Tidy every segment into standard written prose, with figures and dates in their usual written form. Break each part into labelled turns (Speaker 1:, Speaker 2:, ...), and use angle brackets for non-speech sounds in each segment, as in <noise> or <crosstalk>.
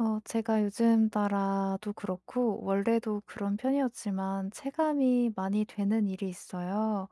Speaker 1: 제가 요즘 따라도 그렇고 원래도 그런 편이었지만 체감이 많이 되는 일이 있어요.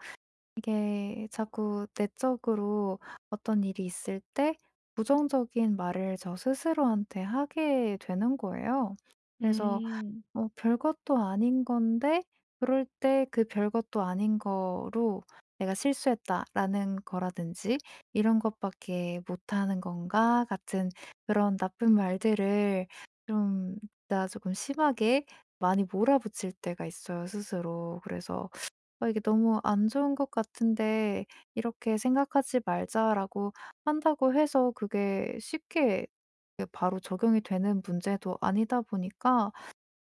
Speaker 1: 이게 자꾸 내적으로 어떤 일이 있을 때 부정적인 말을 저 스스로한테 하게 되는 거예요. 그래서
Speaker 2: 음.
Speaker 1: 별것도 아닌 건데 그럴 때 그 별것도 아닌 거로 '내가 실수했다.'라는 거라든지 '이런 것밖에 못하는 건가?' 같은 그런 나쁜 말들을 좀 나 조금 심하게 많이 몰아붙일 때가 있어요 스스로. 그래서 이게 너무 안 좋은 것 같은데 이렇게 생각하지 말자.'라고 한다고 해서 그게 쉽게 예 바로 적용이 되는 문제도 아니다 보니까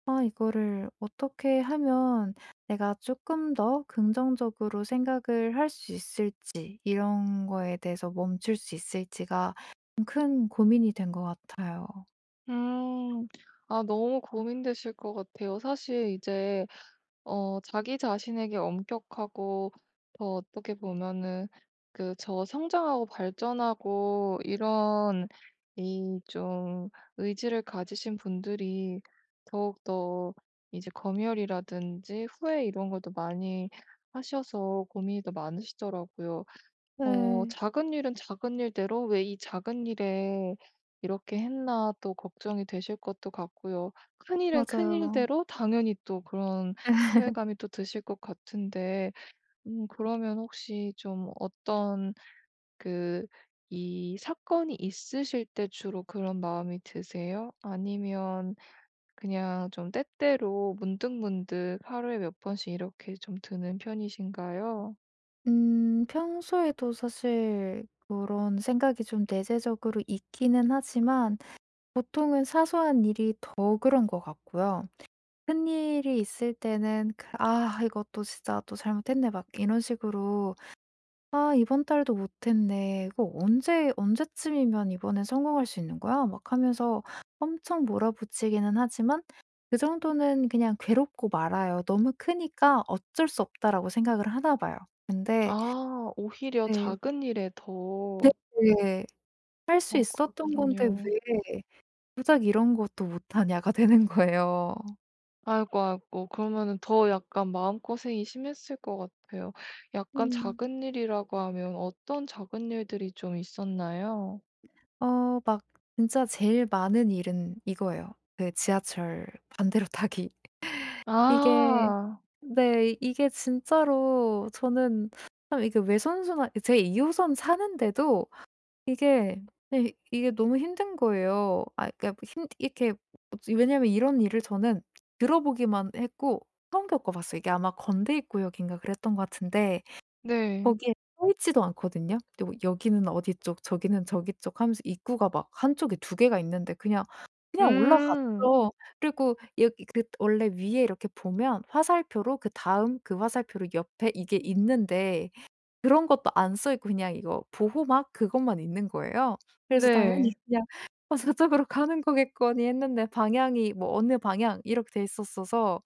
Speaker 1: 아, 이거를 어떻게 하면 내가 조금 더 긍정적으로 생각을 할 수 있을지, 이런 거에 대해서 멈출 수 있을지가 좀큰 고민이 된 것 같아요.
Speaker 2: 음. 아 너무 고민되실 것 같아요. 사실 이제 어 자기 자신에게 엄격하고 더 어떻게 보면은 그 저 성장하고 발전하고 이런 이 좀 의지를 가지신 분들이 더욱더 이제 검열이라든지 후회 이런 것도 많이 하셔서 고민이 더 많으시더라고요. 어
Speaker 1: 네,
Speaker 2: 작은 일은 작은 일대로 '왜 이 작은 일에 이렇게 했나.' 또 걱정이 되실 것도 같고요. 큰 일은 큰
Speaker 1: 맞아요.
Speaker 2: 일대로 당연히 또 그런 후회감이
Speaker 1: <laughs>
Speaker 2: 또 드실 것 같은데 그러면 혹시 좀 어떤 그 이 사건이 있으실 때 주로 그런 마음이 드세요? 아니면 그냥 좀 때때로 문득문득 하루에 몇 번씩 이렇게 좀 드는 편이신가요?
Speaker 1: 평소에도 사실 그런 생각이 좀 내재적으로 있기는 하지만 보통은 사소한 일이 더 그런 것 같고요. 큰 일이 있을 때는, 그, 아, 이것도 진짜 또 잘못했네, 막 이런 식으로 아 이번 달도 못했네. 이거 언제 언제쯤이면 이번엔 성공할 수 있는 거야? 막 하면서 엄청 몰아붙이기는 하지만 그 정도는 그냥 괴롭고 말아요. 너무 크니까 '어쩔 수 없다.'라고 생각을 하나 봐요. 근데
Speaker 2: 아 오히려
Speaker 1: 네.
Speaker 2: 작은 일에 더.
Speaker 1: 네네. 할 수
Speaker 2: 아
Speaker 1: 있었던 건데
Speaker 2: 그렇군요.
Speaker 1: 왜 고작 이런 것도 못하냐가 <laughs> 되는 거예요.
Speaker 2: 아이고, 아이고. 그러면은 더 약간 마음고생이 심했을 것 같아요. 약간
Speaker 1: 음.
Speaker 2: 작은 일이라고 하면 어떤 작은 일들이 좀 있었나요?
Speaker 1: 막 진짜 제일 많은 일은 이거예요. 그 지하철 반대로 타기. 이게
Speaker 2: 아
Speaker 1: 네. 이게 진짜로 저는 참 이게 외선순환 제 2 호선 사는데도 이게 예 이게 너무 힘든 거예요. 아 그러니까 뭐 힘 이렇게 왜냐하면 이런 일을 저는 들어보기만 했고 처음 겪어 봤어요. 이게 아마 건대입구역인가 그랬던 것 같은데
Speaker 2: 네.
Speaker 1: 거기에 써 있지도 않거든요. 근데 뭐 여기는 어디 쪽 저기는 저기 쪽 하면서 입구가 막 한쪽에 두 개가 있는데 그냥
Speaker 2: 음
Speaker 1: 올라갔죠. 그리고 여기 그 원래 위에 이렇게 보면 화살표로 그다음 그 화살표로 옆에 이게 있는데 그런 것도 안 써 있고 그냥 이거 보호막 그것만 있는 거예요. 그래서 당연히
Speaker 2: 네.
Speaker 1: 그냥 <laughs> '어 저쪽으로 가는 거겠거니.' 했는데 방향이 뭐 어느 방향 이렇게 돼 있었어서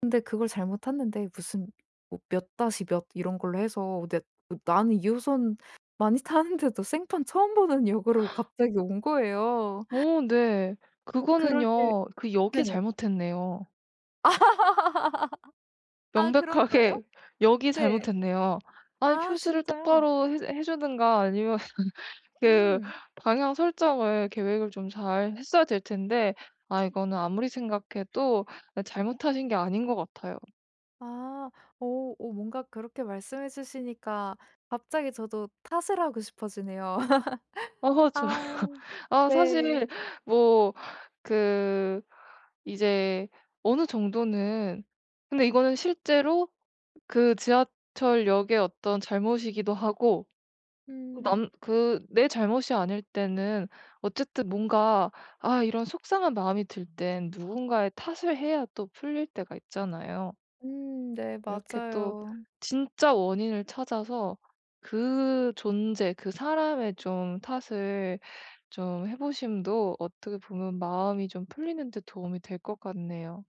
Speaker 1: 근데 그걸 잘못 탔는데 무슨 뭐몇 다시 몇 이런 걸로 해서 내 뭐 나는 2 호선 많이 타는데도 생판 처음 보는 역으로 갑자기 온 거예요.
Speaker 2: 오 네.
Speaker 1: 그럴 때
Speaker 2: 그거는요. 그 역이
Speaker 1: 네.
Speaker 2: 잘못했네요.
Speaker 1: <laughs> 아 그런 거예요?
Speaker 2: 명백하게 <laughs> 역이
Speaker 1: 네.
Speaker 2: 잘못했네요. 아니
Speaker 1: 아
Speaker 2: 표시를
Speaker 1: 진짜요?
Speaker 2: 똑바로 해 주든가 아니면 그
Speaker 1: 음.
Speaker 2: 방향 설정을 계획을 좀 잘 했어야 될 텐데. 아 이거는 아무리 생각해도 아 잘못하신 게 아닌 것 같아요.
Speaker 1: 아. 오 오 뭔가 그렇게 말씀해 주시니까 갑자기 저도 탓을 하고 싶어지네요. <laughs>
Speaker 2: 어 저.
Speaker 1: 아
Speaker 2: 아 사실
Speaker 1: 네.
Speaker 2: 뭐 그 이제 어느 정도는. 근데 이거는 실제로 그 지하철역의 어떤 잘못이기도 하고
Speaker 1: 음.
Speaker 2: 남 그 내 잘못이 아닐 때는 어쨌든 뭔가, 아 이런 속상한 마음이 들 땐 누군가의 탓을 해야 또 풀릴 때가 있잖아요.
Speaker 1: 네
Speaker 2: 이렇게 또
Speaker 1: 맞아요.
Speaker 2: 진짜 원인을 찾아서 그 존재, 그 사람의 좀 탓을 좀 해 보심도 어떻게 보면 마음이 좀 풀리는 데 도움이 될 것 같네요.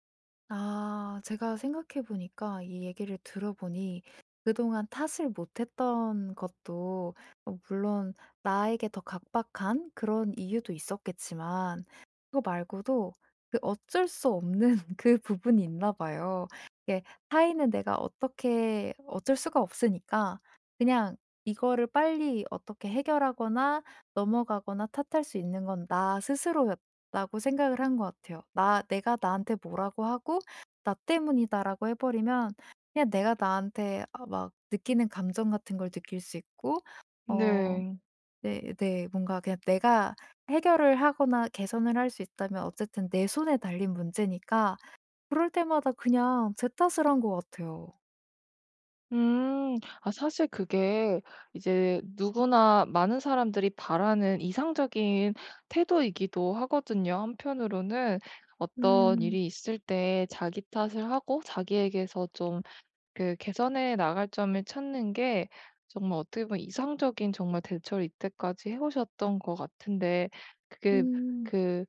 Speaker 1: 아 제가 생각해 보니까 이 얘기를 들어보니 그동안 탓을 못 했던 것도 물론 나에게 더 각박한 그런 이유도 있었겠지만 그거 말고도 그 어쩔 수 없는 <laughs> 그 부분이 있나 봐요. 이게 타인은 내가 어떻게 어쩔 수가 없으니까 그냥 이거를 빨리 어떻게 해결하거나 넘어가거나 탓할 수 있는 건 나 스스로였다고 생각을 한 것 같아요. 나 내가 나한테 뭐라고 하고 "나 때문이다."라고 해 버리면 그냥 내가 나한테 아 막 느끼는 감정 같은 걸 느낄 수 있고 어
Speaker 2: 네.
Speaker 1: 네 네 뭔가 그냥 내가 해결을 하거나 개선을 할 수 있다면 어쨌든 내 손에 달린 문제니까 그럴 때마다 그냥 제 탓을 한 것 같아요.
Speaker 2: 음. 아 사실 그게 이제 누구나 많은 사람들이 바라는 이상적인 태도이기도 하거든요. 한편으로는 어떤
Speaker 1: 음.
Speaker 2: 일이 있을 때 자기 탓을 하고 자기에게서 좀 그 개선해 나갈 점을 찾는 게 정말 어떻게 보면 이상적인 정말 대처를 이때까지 해 오셨던 것 같은데. 그게
Speaker 1: 음.
Speaker 2: 그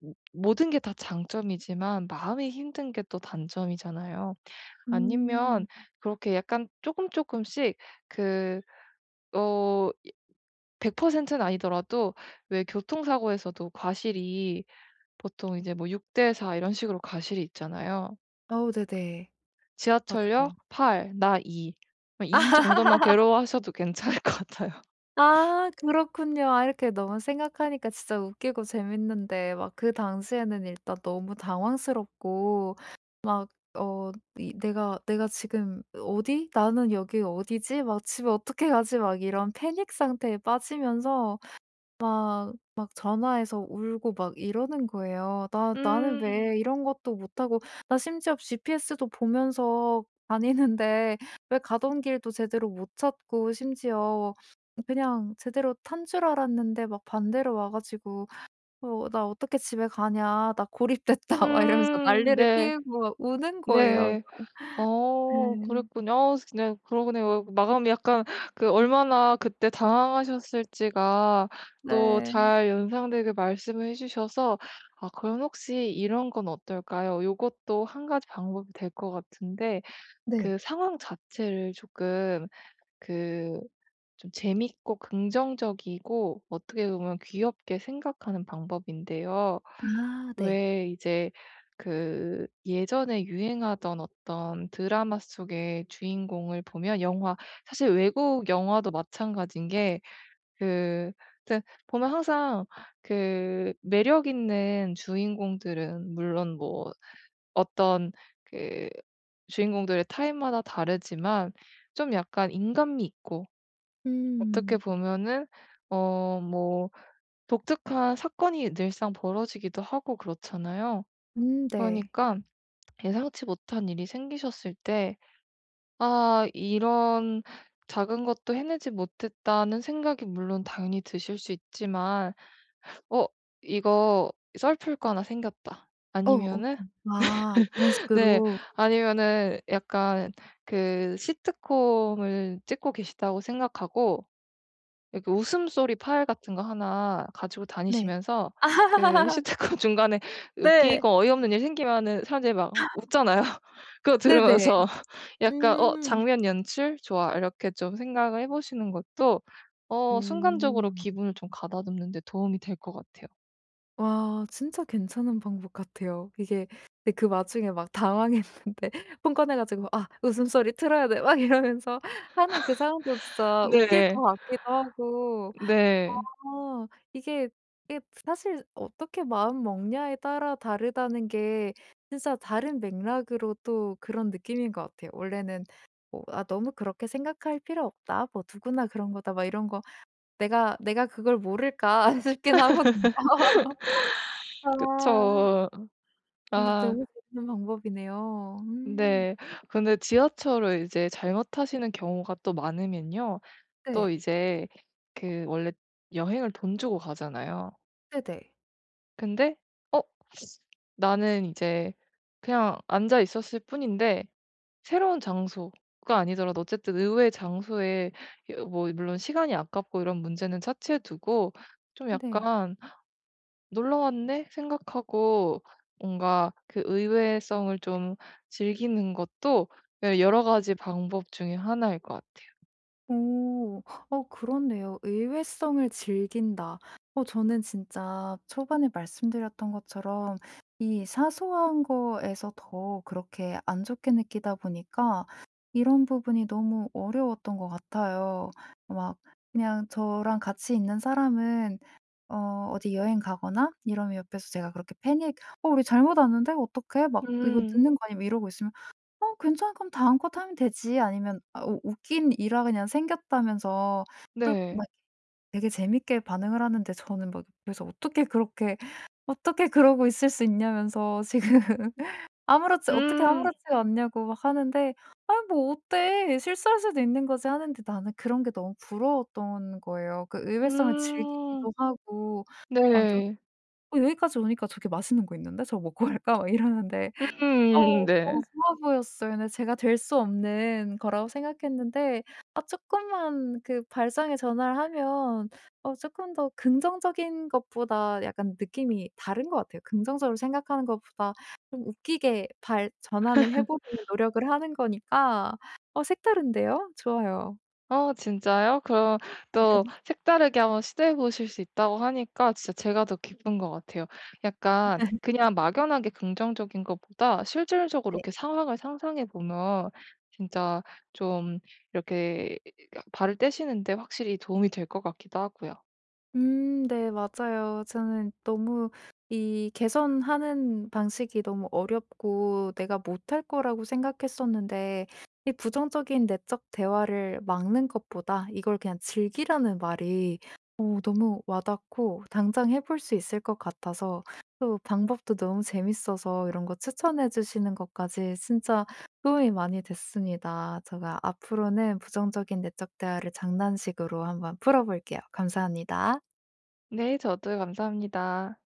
Speaker 2: 모 모든 게 다 장점이지만 마음이 힘든 게 또 단점이잖아요.
Speaker 1: 음.
Speaker 2: 아니면 그렇게 약간 조금 조금씩 그 어 100%는 아니더라도, 왜 교통사고에서도 과실이 보통 이제 뭐 6대 4 이런 식으로 과실이 있잖아요.
Speaker 1: 어 네네.
Speaker 2: 지하철역
Speaker 1: 맞아요.
Speaker 2: 8 나 2. 이 정도만 괴로워하셔도 괜찮을 것 같아요.
Speaker 1: 아 그렇군요. 아 이렇게 너무 생각하니까 진짜 웃기고 재밌는데 막 그 당시에는 일단 너무 당황스럽고 막 어 이 '내가 지금 어디? 나는 여기 어디지? 막 집에 어떻게 가지?' 막 이런 패닉 상태에 빠지면서 막 전화해서 울고 막 이러는 거예요. "나 나는
Speaker 2: 음.
Speaker 1: 왜 이런 것도 못 하고 나 심지어 GPS도 보면서 다니는데 <laughs> 왜 가던 길도 제대로 못 찾고 심지어 그냥 제대로 탄 줄 알았는데 막 반대로 와 가지고 어 '나 어떻게 집에 가냐. 나 고립됐다.' <laughs> 막 이러면서
Speaker 2: 음.
Speaker 1: 난리를
Speaker 2: 네.
Speaker 1: 피우고 막 우는 거예요.
Speaker 2: 네.
Speaker 1: 네.
Speaker 2: 어
Speaker 1: <laughs>
Speaker 2: 그랬군요. 어냥 그러네요. 마감이 약간 그 얼마나 그때 당황하셨을지가 또
Speaker 1: 네.
Speaker 2: 잘 연상되게 말씀을 해 주셔서. 아 그럼 혹시 이런 건 어떨까요? 요것도 한 가지 방법이 될 것 같은데 그
Speaker 1: 네.
Speaker 2: 상황 자체를 조금 그 좀 재밌고 긍정적이고 어떻게 보면 귀엽게 생각하는 방법인데요.
Speaker 1: 아 네.
Speaker 2: 왜 이제 그 예전에 유행하던 어떤 드라마 속의 주인공을 보면, 영화, 사실 외국 영화도 마찬가지인 게 그 하여튼 보면 항상 그 매력 있는 주인공들은 물론 뭐 어떤 그 주인공들의 타입마다 다르지만 좀 약간 인간미 있고 어떻게
Speaker 1: 음.
Speaker 2: 보면은 어 뭐 독특한 사건이 늘상 벌어지기도 하고 그렇잖아요.
Speaker 1: 네.
Speaker 2: 그러니까 예상치 못한 일이 생기셨을 때 '아 이런 작은 것도 해내지 못했다.'는 생각이 물론 당연히 드실 수 있지만 '어 이거 썰풀 거 하나 생겼다.'
Speaker 1: 어
Speaker 2: 아니면은
Speaker 1: 어떤 아 그런
Speaker 2: <laughs> 네.
Speaker 1: 식으로.
Speaker 2: 아니면은 약간 그 시트콤을 찍고 계시다고 생각하고 이렇게 웃음소리 파일 같은 거 하나 가지고
Speaker 1: 네.
Speaker 2: 다니시면서 그
Speaker 1: <laughs> 아
Speaker 2: <laughs> 시트콤 중간에
Speaker 1: 네.
Speaker 2: 웃기고 어이없는 일 생기면은 사람들이 막 웃잖아요. <laughs> 그거
Speaker 1: 네네.
Speaker 2: 들으면서 <laughs> 약간 '어
Speaker 1: 음.
Speaker 2: 장면 연출 좋아.' 이렇게 좀 생각을 해 보시는 것도 어 순간적으로
Speaker 1: 음.
Speaker 2: 기분을 좀 가다듬는 데 도움이 될 것 같아요.
Speaker 1: 와 진짜 괜찮은 방법 같아요. 이게 근데 그 와중에 막 당황했는데 <laughs> 폰 꺼내 가지고 '아 웃음소리 틀어야 돼.' 막 이러면서 하는 그 상황도 진짜 웃길 것
Speaker 2: 네.
Speaker 1: 같기도 하고
Speaker 2: 네.
Speaker 1: 어 이게 이게 사실 어떻게 마음 먹냐에 따라 다르다는 게 진짜 다른 맥락으로 또 그런 느낌인 것 같아요. 원래는 뭐 '아 너무 그렇게 생각할 필요 없다. 뭐 누구나 그런 거다.' 막 이런 거 '내가 그걸 모를까?' <laughs> 싶긴 하거든요. <laughs> 아
Speaker 2: 그쵸.
Speaker 1: 근데
Speaker 2: 아
Speaker 1: 너무 좋은 방법이네요. 음.
Speaker 2: 네. 근데 지하철을 이제 잘못 타시는 경우가 또 많으면요. 또
Speaker 1: 네.
Speaker 2: 이제 그 원래 여행을 돈 주고 가잖아요.
Speaker 1: 네네.
Speaker 2: 근데 어 나는 이제 그냥 앉아 있었을 뿐인데 새로운 장소가 아니더라도 어쨌든 의외의 장소에 여 뭐 물론 시간이 아깝고 이런 문제는 차치해 두고 좀
Speaker 1: 네. 네.
Speaker 2: 약간 '놀러 왔네.' 생각하고 뭔가 그 의외성을 좀 즐기는 것도 예 여러 가지 방법 중에 하나일 것 같아요.
Speaker 1: 오. 어 그렇네요. 의외성을 즐긴다. 어 저는 진짜 초반에 말씀드렸던 것처럼 이 사소한 거에서 더 그렇게 안 좋게 느끼다 보니까 이런 부분이 너무 어려웠던 것 같아요. 막 그냥 저랑 같이 있는 사람은 어 어디 여행 가거나 이러면 옆에서 제가 그렇게 패닉 "어 우리 잘못 왔는데 어떡해?" 막 "이거
Speaker 2: 음.
Speaker 1: 늦는 거 아니면 이러고 있으면 어 괜찮아. 그럼 다음 컷 하면 되지. 아니면 아 우 웃긴 일화 그냥 생겼다면서
Speaker 2: 네.
Speaker 1: 막 되게 재밌게 반응을 하는데 저는 막 그래서 어떻게 그렇게 어떻게 그러고 있을 수 있냐면서 지금 <laughs> 아무렇지 어떻게
Speaker 2: 음.
Speaker 1: 아무렇지가 않냐고 막 하는데 아뭐 어때. 실수할 수도 있는 거지." 하는데 나는 그런 게 너무 부러웠던 거예요. 그 의외성을
Speaker 2: 음.
Speaker 1: 즐기기도 하고 막 여
Speaker 2: 네.
Speaker 1: '어 여기까지 오니까 저게 맛있는 거 있는데 저거 먹고 갈까?' 막 이러는데 어 너무
Speaker 2: 네.
Speaker 1: 좋아 보였어요. 근데 제가 될 수 없는 거라고 생각했는데 아 쪼끔만 그 발상의 전환을 하면 어 쪼끔 더 긍정적인 것보다 약간 느낌이 다른 것 같아요. 긍정적으로 생각하는 것보다 좀 웃기게 발 전환을 해 보려는 노력을 하는 거니까 어 색다른데요? 좋아요.
Speaker 2: 아 진짜요? 그럼 또 색다르게 한번 시도해 보실 수 있다고 하니까 진짜 제가 더 기쁜 것 같아요. 약간 그냥 막연하게 긍정적인 것보다 실질적으로 이렇게 상황을 상상해 보면 진짜 좀 이렇게 발을 떼시는 데 확실히 도움이 될 것 같기도 하고요.
Speaker 1: 네 맞아요. 저는 너무 이 개선하는 방식이 너무 어렵고 내가 못할 거라고 생각했었는데 이 부정적인 내적 대화를 막는 것보다 이걸 그냥 즐기라는 말이 어 너무 와닿고 당장 해볼 수 있을 것 같아서 또 방법도 너무 재밌어서 이런 거 추천해 주시는 것까지 진짜 도움이 많이 됐습니다. 제가 앞으로는 부정적인 내적 대화를 장난식으로 한번 풀어 볼게요. 감사합니다.
Speaker 2: 네. 저도 감사합니다.